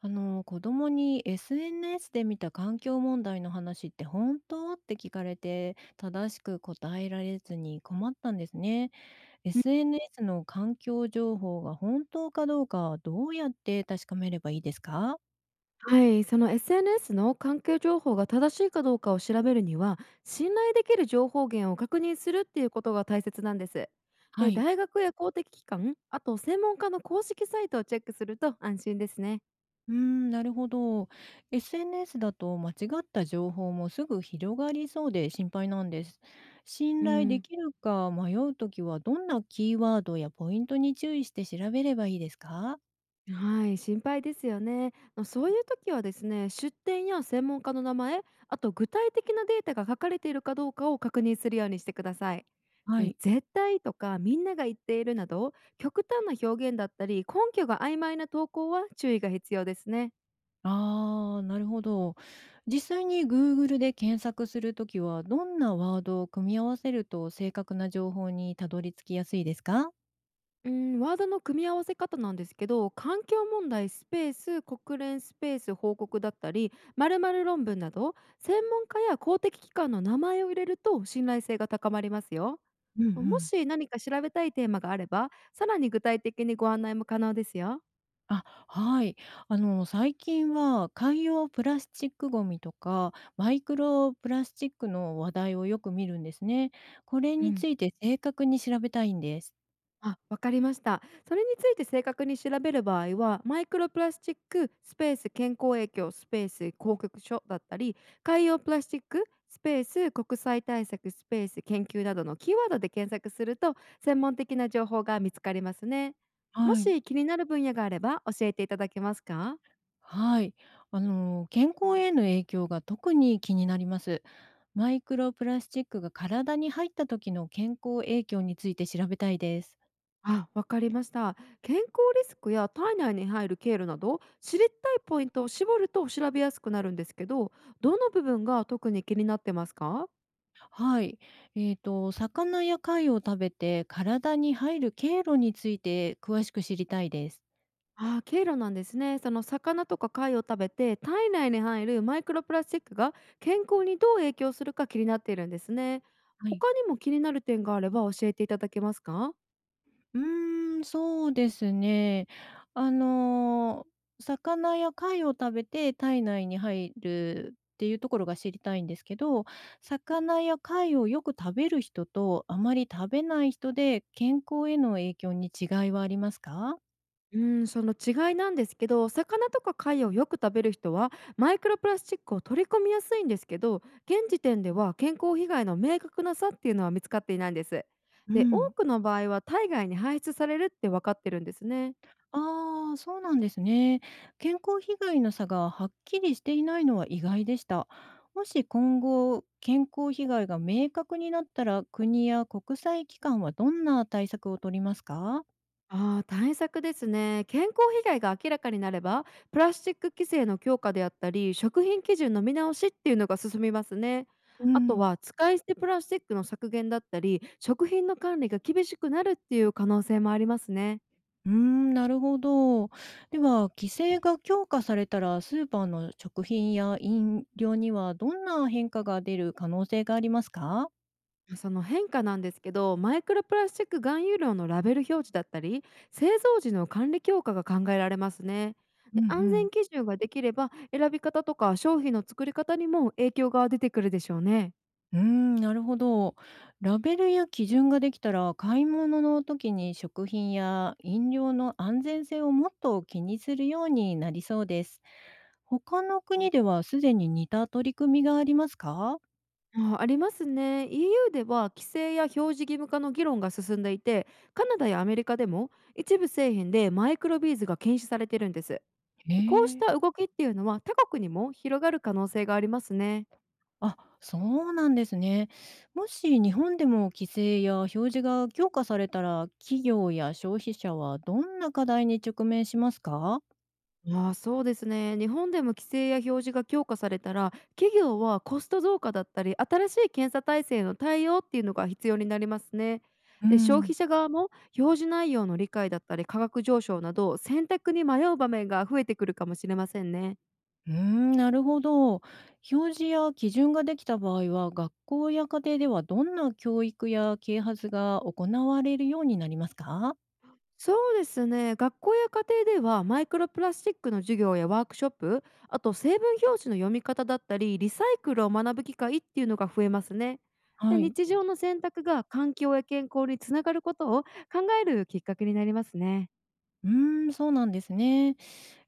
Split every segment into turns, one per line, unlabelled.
あの子供に SNS で見た環境問題の話って本当って聞かれて正しく答えられずに困ったんですね。
うん、
SNS の環境情報が本当かどうかどうやって確かめればいいですか？
はい、その SNS の関係情報が正しいかどうかを調べるには、信頼できる情報源を確認するっていうことが大切なんです。
は
で、
い。
大学や公的機関、あと専門家の公式サイトをチェックすると安心ですね。
うーん、なるほど。SNS だと間違った情報もすぐ広がりそうで心配なんです。信
う
頼で
ん、
きるか迷うときはどんなキーワードやポイントに注意して調べればいいですか？
はい、心配ですよね。あ、そういう時はですね、出店や専門家の名前、あと具体的なデータが書かれているかどうかを確認するようにしてください。
はい。
絶対とかみんなが言っているなど極端な表現だったり根拠が曖昧な投稿は注意が必要ですね。
ああ、なるほど。実際に Google で検索するときは、どんなワードを組み合わせると正確な情報にたどり着きやすいですか？
うん、ワードの組み合わせ方なんですけど、環境問題スペース国連スペース報告だったり〇〇論文など、専門家や公的機関の名前を入れると信頼性が高まりますよ。
うんう
も
ん。
し何か調べたいテーマがあれば、さらに具体的にご案内も可能ですよ。
あ、はい。最近は海洋プラスチックごみとか、マイクロプラスチックの話題をよく見るんですね。これ
う
につ
ん。
いて正確に調べたいんです。
あ、わかりました。それについて正確に調べる場合は、マイクロプラスチック、スペース健康影響、スペース公局所だったり、海洋プラスチック、スペース国際対策、スペース研究などのキーワードで検索すると、専門的な情報が見つかりますね。も
はい。
し気になる分野があれば教えていただけますか？
はい。健康への影響が特に気になります。マイクロプラスチックが体に入った時の健康影響について調べたいです。
あ、わかりました。健康リスクや体内に入る経路など、知りたいポイントを絞ると調べやすくなるんですけど、どの部分が特に気になってますか？
はい。魚や貝を食べて体に入る経路について詳しく知りたいです。
あー、経路なんですね。その魚とか貝を食べて体内に入るマイクロプラスチックが健康にどう影響するか気になっているんですね。
はい。
他にも気になる点があれば教えていただけますか？
うーん、そうですね。あのー魚や貝を食べて体内に入るっていうところが知りたいんですけど、魚や貝をよく食べる人とあまり食べない人で健康への影響に違いはありますか？
うん、その違いなんですけど、魚とか貝をよく食べる人はマイクロプラスチックを取り込みやすいんですけど、現時点では健康被害の明確な差っていうのは見つかっていないんです。
う
で、多
ん。
くの場合は体外に排出されるって分かってるんですね。
ああ、そうなんですね。健康被害の差がはっきりしていないのは意外でした。もし今後、健康被害が明確になったら、国や国際機関はどんな対策を取りますか？
ああ、対策ですね。健康被害が明らかになれば、プラスチック規制の強化であったり、食品基準の見直しっていうのが進みますね。
う
あと
ん、
は使い捨てプラスチックの削減だったり、食品の管理が厳しくなるっていう可能性もありますね。
うーん、なるほど。では、規制が強化されたら、スーパーの食品や飲料にはどんな変化が出る可能性がありますか？
その変化なんですけど、マイクロプラスチック含有量のラベル表示だったり、製造時の管理強化が考えられますね。
うん
で、
う
安
ん。
全基準ができれば、選び方とか商品の作り方にも影響が出てくるでしょうね。
うーん、なるほど。ラベルや基準ができたら、買い物の時に食品や飲料の安全性をもっと気にするようになりそうです。他の国ではすでに似た取り組みがありますか？
ああ、りますね。EU では規制や表示義務化の議論が進んでいて、カナダやアメリカでも一部製品でマイクロビーズが禁止されてるんです。
へ
こうし
え、
た動きっていうのは他国にも広がる可能性がありますね。
あ、そうなんですね。もし日本でも規制や表示が強化されたら、企業や消費者はどんな課題に直面しますか？
ああ、そうですね。日本でも規制や表示が強化されたら、企業はコスト増加だったり、新しい検査体制の対応っていうのが必要になりますね。
う
で、消
ん。
費者側も表示内容の理解だったり価格上昇など、選択に迷う場面が増えてくるかもしれませんね。
うーん、なるほど。表示や基準ができた場合は、学校や家庭ではどんな教育や啓発が行われるようになりますか？
そうですね、学校や家庭ではマイクロプラスチックの授業やワークショップ、あと成分表示の読み方だったりリサイクルを学ぶ機会っていうのが増えますね。で、
はい。
日常の選択が環境や健康につながることを考えるきっかけになりますね。
うーん、そうなんですね。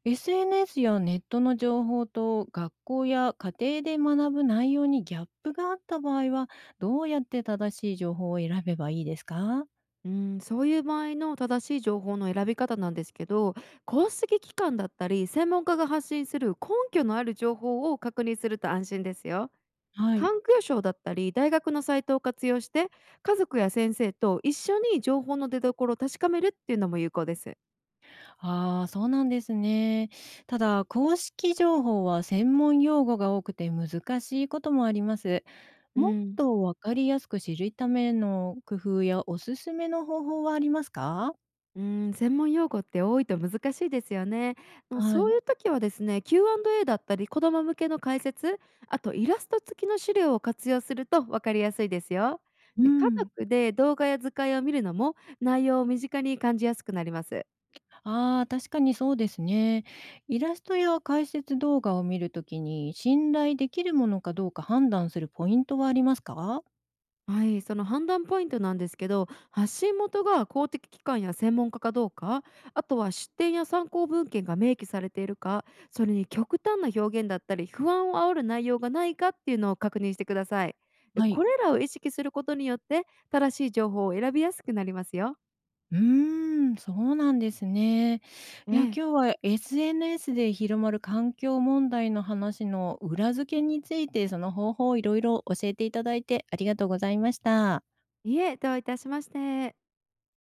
SNS やネットの情報と学校や家庭で学ぶ内容にギャップがあった場合は、どうやって正しい情報を選べばいいですか？
うん、そういう場合の正しい情報の選び方なんですけど、公式機関だったり専門家が発信する根拠のある情報を確認すると安心ですよ。
はい。
環境省だったり大学のサイトを活用して、家族や先生と一緒に情報の出所を確かめるっていうのも有効です。
ああ、そうなんですね。ただ、公式情報は専門用語が多くて難しいこともあります。
う
もっ
ん。
とわかりやすく知るための工夫やおすすめの方法はありますか？
うん、専門用語って多いと難しいですよね。もう
は
そう
い。
いう時はですね、 Q&A だったり子ども向けの解説、あとイラスト付きの資料を活用すると分かりやすいですよ。
う
で、家
ん。
族で動画や図解を見るのも内容を身近に感じやすくなります。
ああ、確かにそうですね。イラストや解説動画を見るときに信頼できるものかどうか判断するポイントはありますか？
はい、その判断ポイントなんですけど、発信元が公的機関や専門家かどうか、あとは出典や参考文献が明記されているか、それに極端な表現だったり不安を煽る内容がないかっていうのを確認してください。で、
はい。
これらを意識することによって正しい情報を選びやすくなりますよ。
うーん、そうなんですね。
え
いや、今
え、
日は SNS で広まる環境問題の話の裏付けについて、その方法をいろいろ教えていただいてありがとうございました。
いえ、どういたしまして。